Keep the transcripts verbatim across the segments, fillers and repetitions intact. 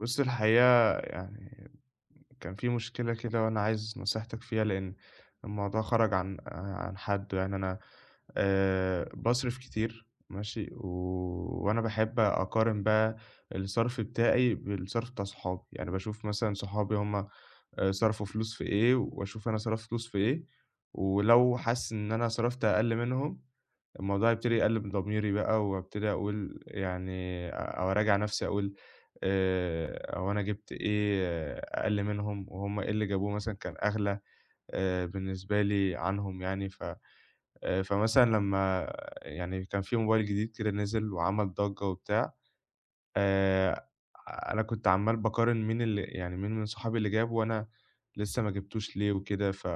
بُص، الحقيقة يعني كان في مشكلة كده وأنا عايز نصيحتك فيها، لإن الموضوع خرج عن عن حدّه. يعني أنا آآ باصرف كتير ماشي، و وأنا باحب أقارن بقى الصرف بتاعي بالصرف بتاع صحابي. يعني باشوف مثلًا صحابي هم آآ صرفوا فلوس في إيه وأشوف أنا صرفت فلوس في إيه، ولو حاسس إن أنا صرفت أقل منهم الموضوع يبتدي يقل من ضميري بقى وابتدي أقول يعني أو أراجع نفسي أقول آآ هو أنا جِبت إيه أقل منهم وهُم إيه اللي جابوه، مثلًا كان أغلى آآ بالنسبة لي عنهم يعني. ف آآ فمثلًا لمّا يعني كان في موبايل جديد كده نزل وعمل ضجة وبتاع، آآ أنا كنت عمّال باقارن مين اللي يعني مين من صحابي اللي جابه وأنا لسه ما جِبتوش ليه وكده. ف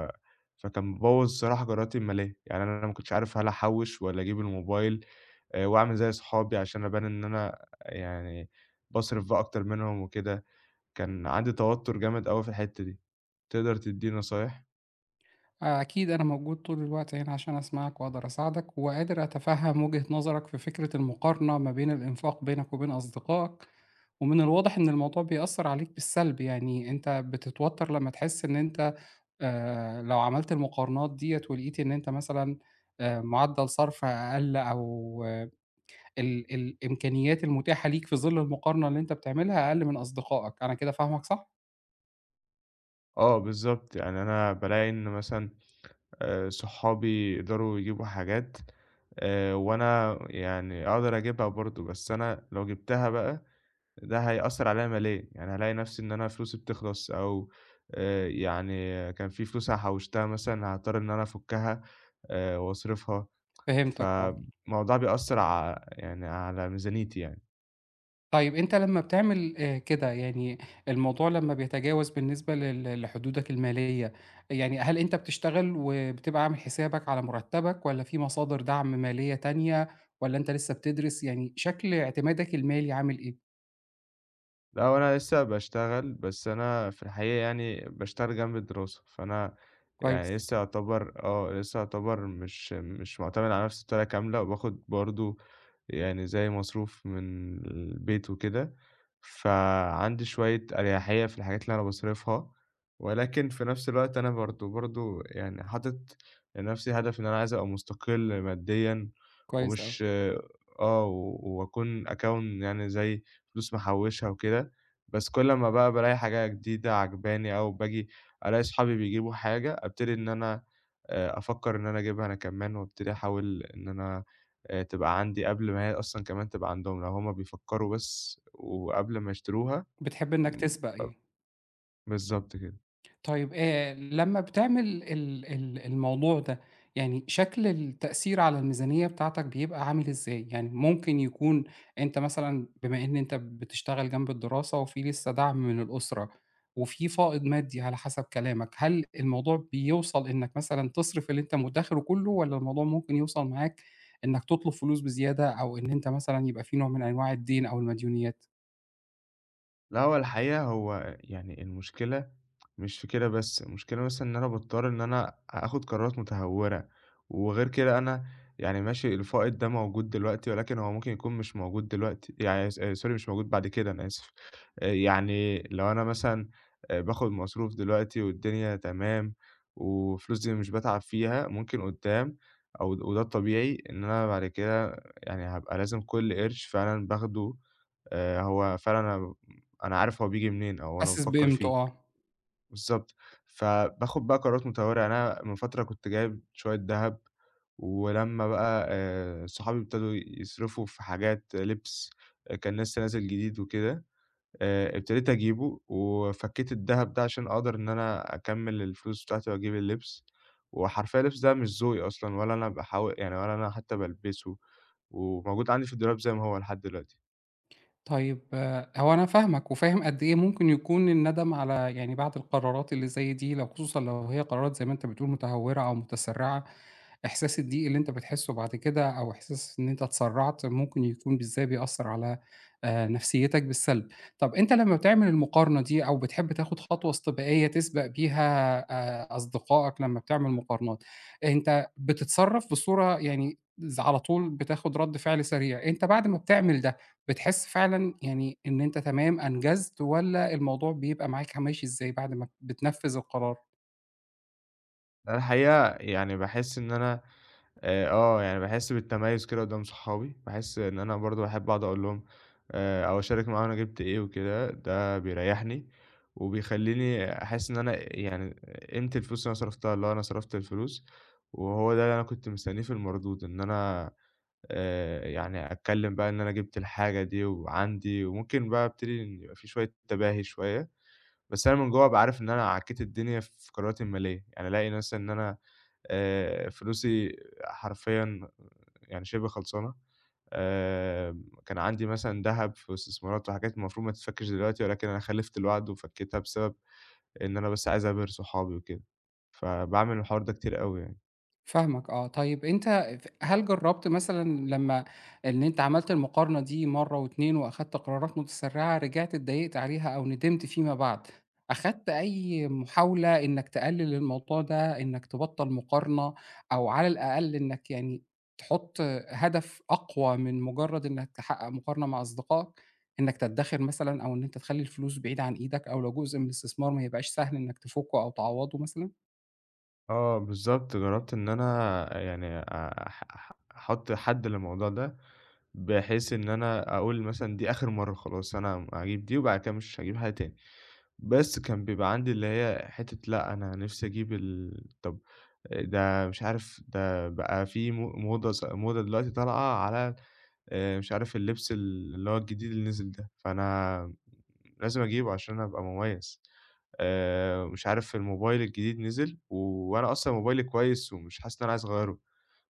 فكان مبوّظ الصراحة قراراتي المالية. يعني أنا ما كنتش عارف هل أحوّش والّا أجيب الموبايل آآ وأعمل زي صحابي عشان أبان إن أنا يعني باصرف بقى أكتر منهم وكده. كان عندي توتر جامد أوي في الحتّة دي. تقدر تدّيني نصايح؟ أكيد أنا موجود طول الوقت هنا عشان أسمعك وأقدر أساعدك، وقادر أتفهم وجهة نظرك في فكرة المقارنة ما بين الإنفاق بينك وبين أصدقائك. ومن الواضح إن الموضوع بيأثر عليك بالسلب، يعني أنت بتتوتر لما تحس إن أنت آه، لو عملت المقارنات ديت ولقيت إن أنت مثلا آه، معدل صرف أقل، أو آه، ال- الإمكانيات المتاحة ليك في ظل المقارنة اللي أنت بتعملها أقل من أصدقائك. أنا كده فاهمك، صح؟ آه بالضبط، يعني أنا بالاقي إن مثلًا آآ صحابي يقدروا يجيبوا حاجات آآ وأنا يعني أقدر أجيبها برضه. بس أنا لو جِبتها بقى ده هيأثّر عليّا ماليًا. يعني هالاقي نَفْسي إن أنا فلوسي بتخلص، أو آآ يعني كان في فلوس أنا حوّشتها مثلًا هاضطر إن أنا أفُكّها آآ وأصرفها. فهمتك، أه. فالموضوع بيأثّر ع يعني على ميزانيتي يعني. طيب أنت لمّا بتعمل آآ كده، يعني الموضوع لمّا بيتجاوز بالنسبة لل لحدودك المالية، يعني هل أنت بتشتغل وبتبقى عامل حسابك على مرتبك، والّا في مصادر دعم مالية تانية، والّا أنت لسه بتدرس؟ يعني شكل اعتمادك المالي عامل إيه؟ لأ، هو أنا لسه باشتغل، بس أنا في الحقيقة يعني باشتغل جنب الدراسة. فأنا يعني كويس. لسه يعتبر آه، لسه يعتبر مش مش مُعتمد على نفسي بطريقة كاملة، وباخد برضه يعني زي مصروف من البيت وكده. فعندي شوية أريحية في الحاجات اللي أنا باصرفها، ولكن في نفس الوقت أنا برضه برضه يعني حاطط لنفسي هدف إن أنا عايز أبقى مستقل ماديًا. كويس أوي. ومش آه، و وأكون أكوّن يعني زي فلوس محوشها وكده. بس كل ما بقى بالاقي حاجة جديدة عاجباني أو باجي ألاقي صحابي بيجيبوا حاجة، أبتدي إن أنا آآ أفكّر إن أنا أجيبها أنا كمان، وأبتدي أحاول إن أنا آآ تبقى عندي قبل ما هي أصلًا كمان تبقى عندهم، لو هُم بيفكّروا بس وقبل ما يشتروها. بتحب إنك امم، تسبق، ب يعني. بالضبط كده. طيب آآ لمّا بتعمل ال ال الموضوع ده، يعني شكل التأثير على الميزانية بتاعتك بيبقى عامل إزاي؟ يعني ممكن يكون أنت مثلًا، بما إن أنت بتشتغل جنب الدراسة وفي لسه دعم من الأسرة، وفي فائض مادي على حسب كلامك، هل الموضوع بيوصل إنك مثلًا تصرف اللي أنت مدخره كله، والّا الموضوع ممكن يوصل معاك إنك تطلب فلوس بزيادة، أو إن أنت مثلًا يبقى في نوع من أنواع الدين أو المديونيات؟ لأ، هو الحقيقة هو يعني المشكلة مش في كده بس. المشكلة مثلًا إن أنا باضطر إن أنا آخُد قرارات متهورة. وغير كده أنا يعني ماشي الفائض ده موجود دلوقتي ولكن هو ممكن يكون مش موجود دلوقتي. يعني س sorry، مش موجود بعد كده، أنا آسف. آآ يعني لو أنا مثلًا آآ باخُد مصروف دلوقتي والدنيا تمام وفلوس دي مش باتعب فيها، ممكن قُدّام أو د وده الطبيعي إن أنا بعد كده يعني هابقى لازم كل قرش فعلًا باخده. آآ هو فعلًا أنا أنا عارف هو بييجي منين أو أنا حاسس بافكّر بقيمته، فيه. آه. بالضبط. فباخُد بقى قرارات متهورة. يعني أنا من فترة كنت جايب شوية دهب، ولمّا بقى آآ صحابي ابتدوا يصرفوا في حاجات لِبْس، آه، كان لسه نازل جديد وكده، آآ ابتديت أجيبه وفكّيت الدهب ده عشان أقدر إن أنا أكمّل الفلوس بتاعتي وأجيب اللبس. وحرفيًا اللبس ده مش ذوقي أصلًا، ولا أنا باحاول يعني، ولا أنا حتّى بالبسه، وموجود عندي في الدولاب زي ما هو لحد دلوقتي. طيب آآ، هو أنا فاهمك، وفاهم قد إيه ممكن يكون الندم، على يعني بعد القرارات اللي زي دي، لو خصوصًا لو هي قرارات زي ما أنت بتقول متهورة أو متسرعة. إحساس الضيق اللي أنت بتحسه بعد كده، أو إحساس إن أنت اتسرعت، ممكن يكون بالذات بيأثر على آآ، نفسيتك بالسلب. طب أنت لمّا بتعمل المقارنة دي، أو بتحب تاخد خطوة استباقية تسبق بيها آآ، أصدقائك لمّا بتعمل مقارنات، أنت بتتصرف بصورة يعني، ز على طول بتاخد رد فعل سريع. أنت بعد ما بتعمل ده، بتحس فعلًا يعني إن أنت تمام أنجزت، والّا الموضوع بيبقى معاك ه ماشي إزاي بعد ما بتنفّذ القرار؟ أنا الحقيقة يعني باحس إن أنا آآ آه، يعني باحس بالتميُّز كده قدّام صحابي. باحس إن أنا برضه باحب أقعد أقول لهم آآ أو أشارك معاهم أنا جِبت إيه وكده. ده بيريّحني وبيخلّيني أحس إن أنا يعني قيمة الفلوس اللي أنا صرفتها، اللي هو أنا صرفت الفلوس وهو ده اللي أنا كنت مستنّيه في المردود. إن أنا آآ يعني أتكلّم بقى إن أنا جِبت الحاجة دي وعندي، وممكن بقى أبتدي إن يبقى في شوية تباهي شوية. بس أنا من جوّا أبقى عارف إن أنا عكيت الدنيا في قراراتي المالية. يعني ألاقي مثلًا إن أنا آآ فلوسي حرفيًا يعني شِبه خلصانة. آآ كان عندي مثلًا دهب في استثمارات وحاجات المفروض ما تتفكِّش دلوقتي، ولكن أنا خلِّفت الوعد وفكّيتها بسبب إن أنا بس عايز أبهر صحابي وكده. فباعمل الحوار ده كتير أوي يعني. فاهمك، آه. طيب أنت، ف هل جرّبت مثلًا لمّا إن أنت عملت المقارنة دي مرّة و2 وأخدت قرارات متسرعة، رجعت اتضايقت عليها أو ندمت فيما بعد، أخدت أي محاولة إنك تقلل الموضوع ده؟ إنك تبطّل مقارنة، أو على الأقل إنك يعني تحط هدف أقوى من مجرّد إنك تحقق مقارنة مع أصدقائك، إنك تدّخر مثلًا، أو إن أنت تخلّي الفلوس بعيدة عن إيدك، أو لو جزء من الاستثمار ما يبقاش سهل إنك تفُكّه أو تعوّضه مثلًا؟ آه بالضبط، جرّبت إن أنا يعني أ ح ح أحُط حد للموضوع ده، بحيث إن أنا أقول مثلًا دي آخر مرّة خلاص، أنا هاجيب دي وبعد كده مش هاجيب حاجة تاني. بس كان بيبقى عندي اللي هي حتّة لأ، أنا نِفْسي أجيب ال طَب، ده مش عارف، ده بقى في مو موضة س موضة دلوقتي طالعة على آآ مش عارف اللبس ال اللي هو الجديد اللي نزل ده، فأنا لازم أجيبه عشان أبقى مميّز. آآ مش عارف الموبايل الجديد نزل و- وأنا أصلًا موبايلي كويس ومش حاسس إن أنا عايز أغيّره،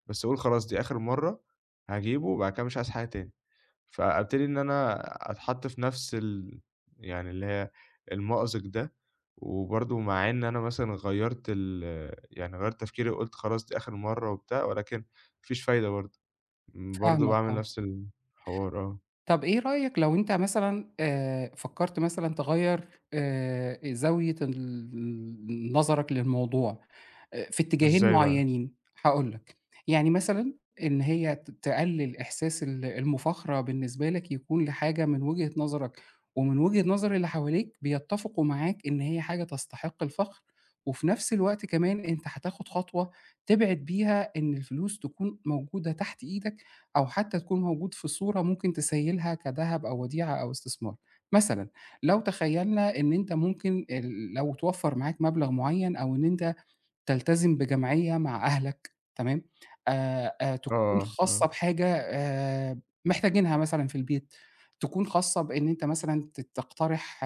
بس أقول خلاص دي آخر مرّة هاجيبه وبعد كده مش عايز حاجة تاني. فأبتدي إن أنا أتحط في نفس ال يعني اللي هي المأزق ده. وبرضه مع إن أنا مثلًا غيّرت ال يعني غيّرت تفكيري وقُلت خلاص دي آخر مرّة وبتاع، ولكن ما فيش فايدة برضه. برضه فاهمك، باعمل آه. نفس الحوار آه. طب إيه رأيك لو أنت مثلًا آآ، فكّرت مثلًا تغيّر آآ، زاوية ال نظرك للموضوع آآ، في اتجاهين إزاي بقى؟ معيّنين؟ هاقول لك. يعني مثلًا إن هي ت تقلل إحساس ال المفاخرة بالنسبة لك، يكون لحاجة من وجهة نظرك ومن وجهة نظر اللي حواليك بيتّفقوا معاك إن هي حاجة تستحق الفخر. وفي نفس الوقت كمان أنت هتاخد خطوة تبعد بيها إن الفلوس تكون موجودة تحت إيدك، أو حتى تكون موجود في صورة ممكن تسيّلها كدهب أو وديعة أو استثمار. مثلًا، لو تخيّلنا إن أنت ممكن ال لو توفّر معاك مبلغ معيّن، أو إن أنت تلتزم بجمعية مع أهلك، تمام، آآ، آآ، آه، تكون آه، خاصة آه. بحاجة آآ، محتاجينها مثلًا في البيت، تكون خاصة بإن أنت مثلًا ت تقترح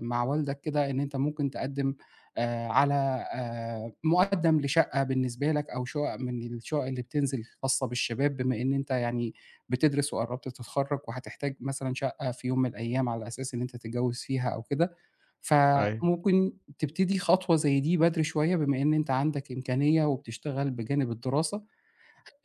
مع والدك كده، إن أنت ممكن تقدّم آآ، على آآ، مقدّم لشقة بالنسبة لك، أو شقق من الشقق اللي بتنزل خاصة بالشباب، بما إن أنت يعني بتدرس وقرّبت تتخرّج، وهتحتاج مثلًا شقة في يوم من الأيام على أساس إن أنت تتجوّز فيها أو كده. أيوه. فممكن تبتدي خطوة زي دي بدري شوية، بما إن أنت عندك إمكانية وبتشتغل بجانب الدراسة،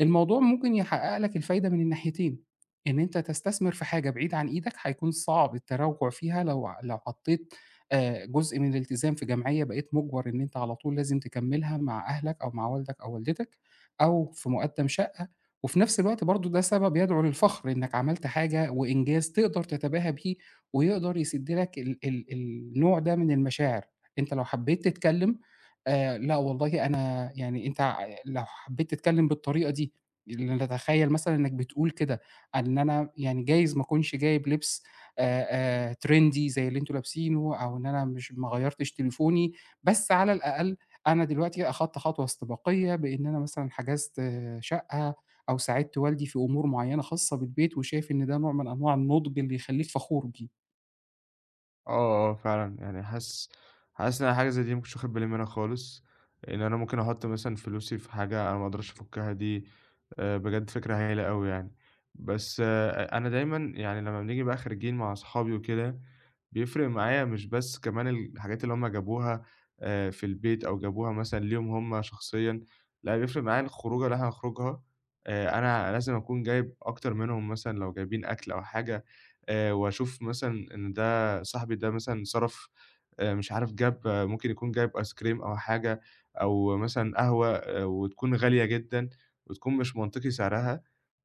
الموضوع ممكن يحقق لك الفايدة من الناحيتين. إن أنت تستثمر في حاجة بعيد عن إيدك هيكون صعب التراجع فيها، لو ع لو حطيت آآ جزء من الالتزام في جمعية، بقيت مُجبَر إن أنت على طول لازم تكمّلها مع أهلك، أو مع والدك أو والدتك، أو في مقدّم شقة. وفي نفس الوقت برضه، ده سبب يدعو للفخر إنك عملت حاجة وإنجاز تقدر تتباهى بيه، ويقدر يسِد لك ال ال النوع ده من المشاعر. أنت لو حبّيت تتكلّم، آآ لأ والله، أنا يعني، أنت ع لو حبّيت تتكلّم بالطريقة دي، لأن تتخيّل مثلًا إنّك بتقول كده، إن أنا يعني جايز ما أكونش جايب لبس آآ آآ trendy زي اللي أنتم لابسينه، أو إن أنا مش ما غيّرتش تليفوني، بس على الأقل أنا دلوقتي أخدت خطوة استباقية، بإن أنا مثلًا حجزت آه، شقة، أو ساعدت والدي في أمور معيّنة خاصة بالبيت، وشايف إن ده نوع من أنواع النُضج اللي يخلّيك فخور بيه. آه، آه، فعلًا. يعني حاسس حاسس إن أنا حاجة زي دي ما كنتش واخد بالي منها خالص، إن أنا ممكن أحُط مثلًا فلوسي في حاجة أنا ما أقدرش أفُكّها دي. آآ، بجد فكرة هايلة أوي يعني. بس أ أنا دايمًا يعني لمّا بنيجي بقى خارجين مع أصحابي وكده، بيفرق معايا مش بس كمان الحاجات اللي هم جابوها آآ، في البيت أو جابوها مثلًا ليهم هم شخصيًا. لأ، بيفرق معايا الخروجة اللي إحنا هنخرجها. آآ، أنا لازم أكون جايب أكتر منهم مثلًا لو جايبين أكل أو حاجة. آآ، وأشوف مثلًا إن صاحبي ده مثلًا صرف آآ مش عارف جاب، آه، ممكن يكون جايب آيس كريم أو حاجة أو مثلًا قهوة، آآ وتكون غالية جدًا وتكون مش منطقي سعرها.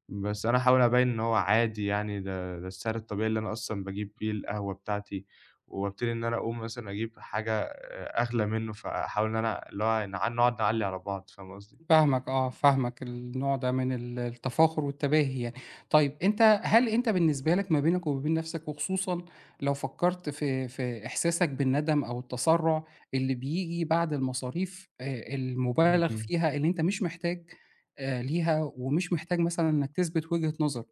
بس أنا أحاول أبيّن إن هو عادي، يعني ده ده السعر الطبيعي اللي أنا أصلًا باجيب بيه القهوة بتاعتي. وابتدي إن أنا أقوم مثلًا أجيب حاجة آآ أغلى منّه. فأحاول إن أنا اللي هو نع نقعد نعلّي على بعض. فاهم قصدي؟ فاهمك، آه. فاهمك النوع ده من ال التفاخر والتباهي، يعني. طيب أنت، هل أنت بالنسبة لك ما بينك وما بين نَفْسك، وخصوصًا لو فكّرت في في إحساسك بالندم أو التسرُّع اللي بييجي بعد المصاريف آآ إمم، المُبالغ إمم، فيها اللي أنت مش محتاج آآ ليها، ومش محتاج مثلًا إنّك تثبت وجهة نظر،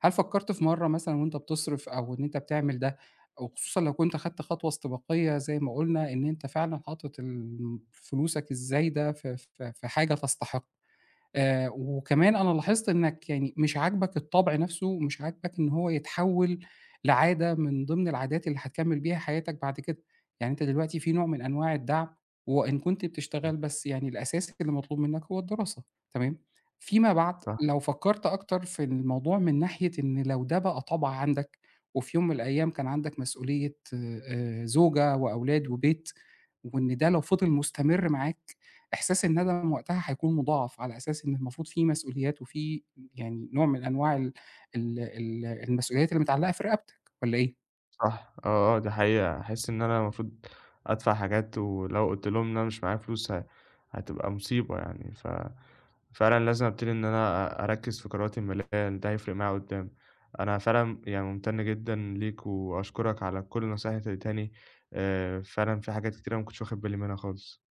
هل فكّرت في مرّة مثلًا وأنت بتصرف، أو إن أنت بتعمل ده، وخصوصًا لو كنت خدت خطوة استباقية زي ما قُلنا، إن أنت فعلًا حاطط الم فلوسك الزايدة في في في حاجة تستحق. آآ وكمان أنا لاحظت إنّك يعني مش عاجبك الطبع نَفْسه، ومش عاجبك إن هو يتحوّل لعادة من ضمن العادات اللي هتكمّل بيها حياتك بعد كده. يعني أنت دلوقتي في نوع من أنواع الدعم، وإن كنت بتشتغل، بس يعني الأساس اللي مطلوب منّك هو الدراسة، تمام؟ فيما بعد صح. لو فكّرت أكتر في الموضوع، من ناحية إن لو ده بقى طَبع عندك، وفي يوم من الأيام كان عندك مسؤولية، آآ زوجة وأولاد وبيت، وإن ده لو فضل مستمر معاك، إحساس الندم وقتها هيكون مضاعف، على أساس إن المفروض في مسؤوليات، وفي يعني نوع من أنواع ال ال ال المسؤوليات اللي متعلقة في رقبتك، والّا إيه؟ صح، آه، آه، دي حقيقة. أحس إن أنا المفروض أدفع حاجات، ولو قُلت لهم إن أنا مش معايا فلوس ه هتبقى مصيبة يعني. ففعلًا لازم أبتدي إن أنا أ أركّز في قراراتي المالية، لأن ده هيفرق معايا قدّام. أنا فعلًا يعني ممتن جدًا ليك، وأشكرك على كل النصايح اللي أنت اديتهاني. آآ، فعلًا في حاجات كتيرة ما كنتش واخد بالي منها خالص.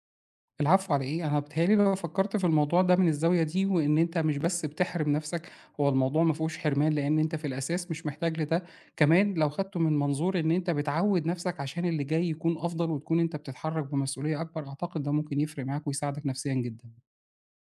العفو، على إيه؟ أنا بيتهيأ لي لو فكّرت في الموضوع ده من الزاوية دي، وإن أنت مش بس بتحرِم نَفْسك، هو الموضوع ما فيهوش حرمان، لإن أنت في الأساس مش محتاج لده. كمان لو خدته من منظور إن أنت بتعوّد نَفْسك عشان اللي جاي يكون أفضل، وتكون أنت بتتحرّك بمسؤولية أكبر، أعتقد ده ممكن يفرق معاك ويساعدك نفسيًا جدًا.